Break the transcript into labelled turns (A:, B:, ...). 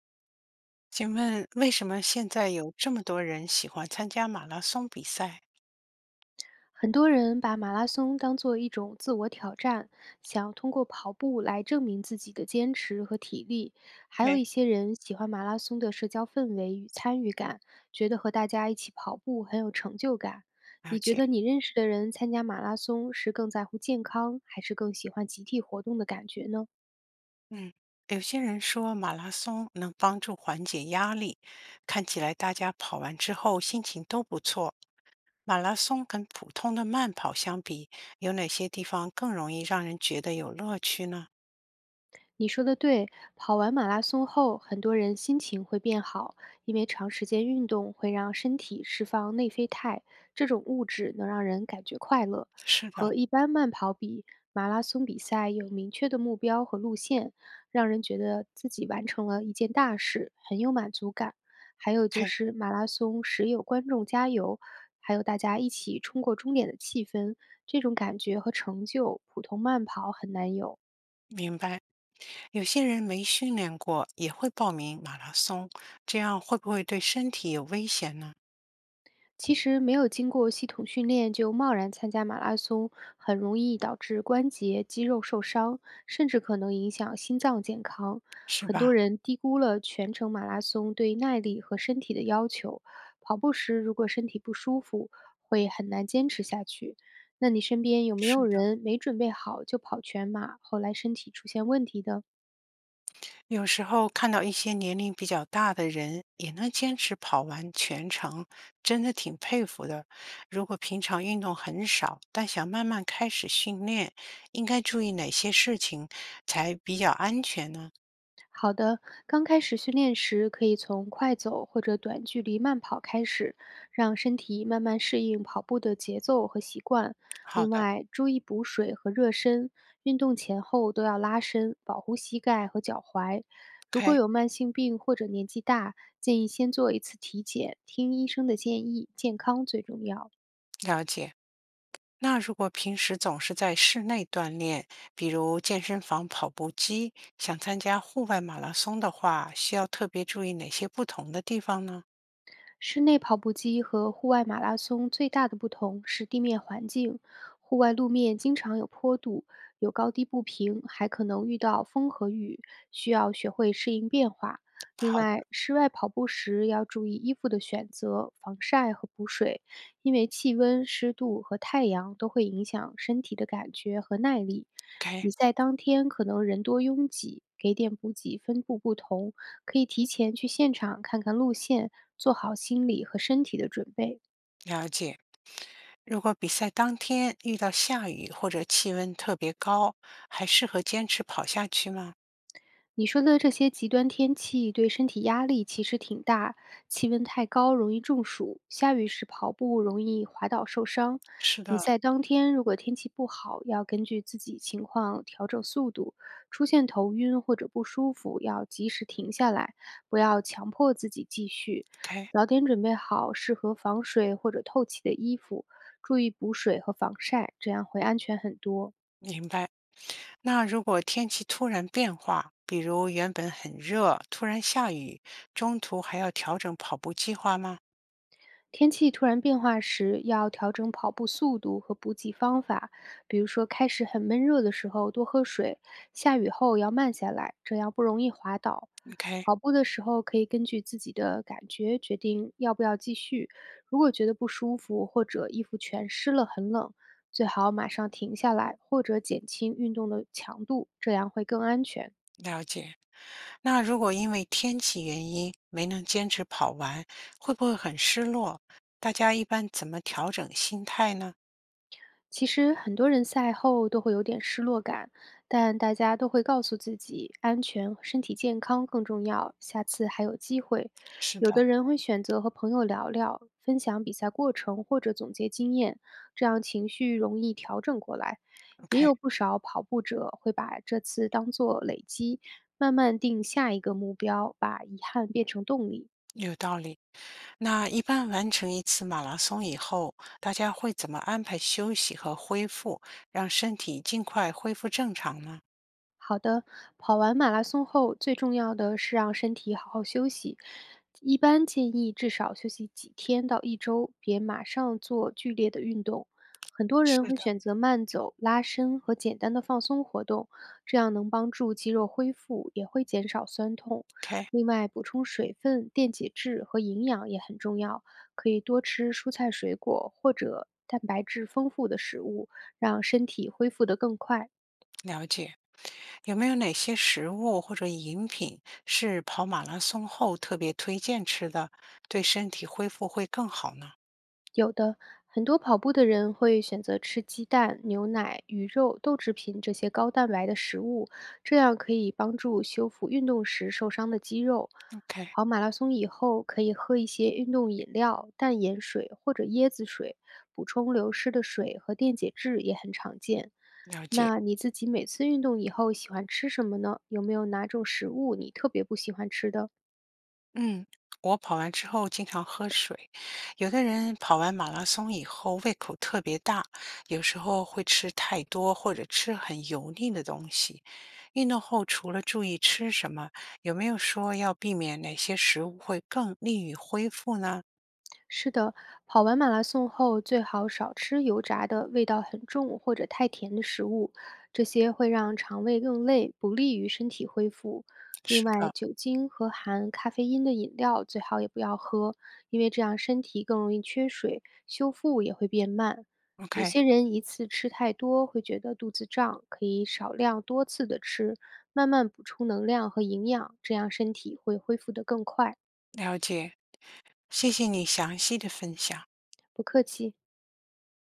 A: 请问为什么现在有这么多人喜欢参加马拉松比赛
B: 很多人把马拉松当做一种自我挑战，想通过跑步来证明自己的坚持和体力。还有
A: ？OK，
B: 一些人喜欢马拉松的社交氛围与参与感，觉得和大家一起跑步很有成就感。
A: 了
B: 你觉
A: 解，
B: 得你认识的人参加马拉松是更在乎健康，还是更喜欢集体活动的感觉呢？
A: 嗯，有些人说马拉松能帮助缓解压力，看起来大家跑完之后心情都不错。马拉松跟普通的慢跑相比，有哪些地方更容易让人觉得有乐趣呢？
B: 你说的对，跑完马拉松后，很多人心情会变好，因为长时间运动会让身体释放内啡肽，这种物质能让人感觉快乐。
A: 是的
B: 和一般慢跑比，马拉松比赛有明确的目标和路线，让人觉得自己完成了一件大事，很有满足感。还有就
A: ，OK，
B: 是马拉松时有观众加油，还有大家一起冲过终点的气氛，这种感觉和成就，普通慢跑很难有。
A: 明白。有些人没训练过也会报名马拉松，这样会不会对身体有危险呢？
B: 其实没有经过系统训练就贸然参加马拉松，很容易导致关节、肌肉受伤，甚至可能影响心脏健康。
A: 是
B: 很
A: 吧？
B: 多人低估了全程马拉松对耐力和身体的要求。跑步时如果身体不舒服，会很难坚持下去。那你身边有没有
A: 是。
B: 人没准备好就跑全马，后来身体出现问题的？
A: 有时候看到一些年龄比较大的人也能坚持跑完全程，真的挺佩服的。如果平常运动很少，但想慢慢开始训练，应该注意哪些事情才比较安全呢？
B: 好的，刚开始训练时，可以从快走或者短距离慢跑开始，让身体慢慢适应跑步的节奏和习惯。
A: 好
B: 另
A: 的
B: 外，注意补水和热身，运动前后都要拉伸，保护膝盖和脚踝。如果
A: ，OK，
B: 有慢性病或者年纪大，建议先做一次体检，听医生的建议，健康最重要。
A: 了解。那如果平时总是在室内锻炼，比如健身房跑步机，想参加户外马拉松的话，需要特别注意哪些不同的地方呢？
B: 室内跑步机和户外马拉松最大的不同是地面环境，户外路面经常有坡度，有高低不平，还可能遇到风和雨，需要学会适应变化。另
A: 好的
B: 外，室外跑步时要注意衣服的选择、防晒和补水，因为气温、湿度和太阳都会影响身体的感觉和耐力。
A: ，OK，
B: 比赛当天可能人多拥挤，给点补给分布不同，可以提前去现场看看路线，做好心理和身体的准备。
A: 了解。如果比赛当天遇到下雨或者气温特别高，还适合坚持跑下去吗？
B: 你说的这些极端天气对身体压力其实挺大，气温太高容易中暑，下雨时跑步容易滑倒受伤。
A: 是
B: 比
A: 的，
B: 赛当天如果天气不好，要根据自己情况调整速度，出现头晕或者不舒服，要及时停下来，不要强迫自己继续。
A: OK，
B: 早点准备好适合防水或者透气的衣服，注意补水和防晒，这样会安全很多。
A: 明白。那如果天气突然变化，比如原本很热，突然下雨，中途还要调整跑步计划吗
B: 天气突然变化时，要调整跑步速度和补给方法，比如说开始很闷热的时候多喝水，下雨后要慢下来，这样不容易滑倒。
A: ？OK，
B: 跑步的时候可以根据自己的感觉决定要不要继续，如果觉得不舒服或者衣服全湿了很冷，最好马上停下来或者减轻运动的强度，这样会更安全。
A: 了解。那如果因为天气原因没能坚持跑完，会不会很失落？大家一般怎么调整心态呢？
B: 其实很多人赛后都会有点失落感，但大家都会告诉自己，安全和身体健康更重要，下次还有机会。
A: 是
B: 有
A: 的
B: 的人会选择和朋友聊聊，分享比赛过程或者总结经验，这样情绪容易调整过来。也
A: ，OK，
B: 有不少跑步者会把这次当作累积，慢慢定下一个目标，把遗憾变成动力。
A: 有道理。那一般完成一次马拉松以后，大家会怎么安排休息和恢复，让身体尽快恢复正常呢？
B: 好的，跑完马拉松后，最重要的是让身体好好休息。一般建议至少休息几天到一周，别马上做剧烈的运动。很多
A: 是
B: 人会
A: 的，
B: 选择慢走、拉伸和简单的放松活动，这样能帮助肌肉恢复，也会减少酸痛。
A: OK，
B: 另外，补充水分、电解质和营养也很重要，可以多吃蔬菜水果或者蛋白质丰富的食物，让身体恢复得更快。
A: 了解。有没有哪些食物或者饮品是跑马拉松后特别推荐吃的，对身体恢复会更好呢
B: 有的，很多跑步的人会选择吃鸡蛋、牛奶、鱼肉、豆制品这些高蛋白的食物，这样可以帮助修复运动时受伤的肌肉。
A: ？OK，
B: 跑马拉松以后，可以喝一些运动饮料、淡盐水或者椰子水，补充流失的水和电解质也很常见。
A: 了解。
B: 那你自己每次运动以后喜欢吃什么呢？有没有哪种食物你特别不喜欢吃的？
A: 嗯，我跑完之后经常喝水，有的人跑完马拉松以后胃口特别大，有时候会吃太多或者吃很油腻的东西。运动后除了注意吃什么，有没有说要避免哪些食物会更利于恢复呢？
B: 是的，跑完马拉松后最好少吃油炸的、味道很重或者太甜的食物，这些会让肠胃更累，不利于身体恢复。另
A: 是
B: 外，
A: 的，
B: 酒精和含咖啡因的饮料最好也不要喝，因为这样身体更容易缺水，修复也会变慢。有些
A: OK，
B: 人一次吃太多会觉得肚子胀，可以少量多次的吃，慢慢补充能量和营养，这样身体会恢复得更快。
A: 了解，谢谢你详细的分享。
B: 不客气。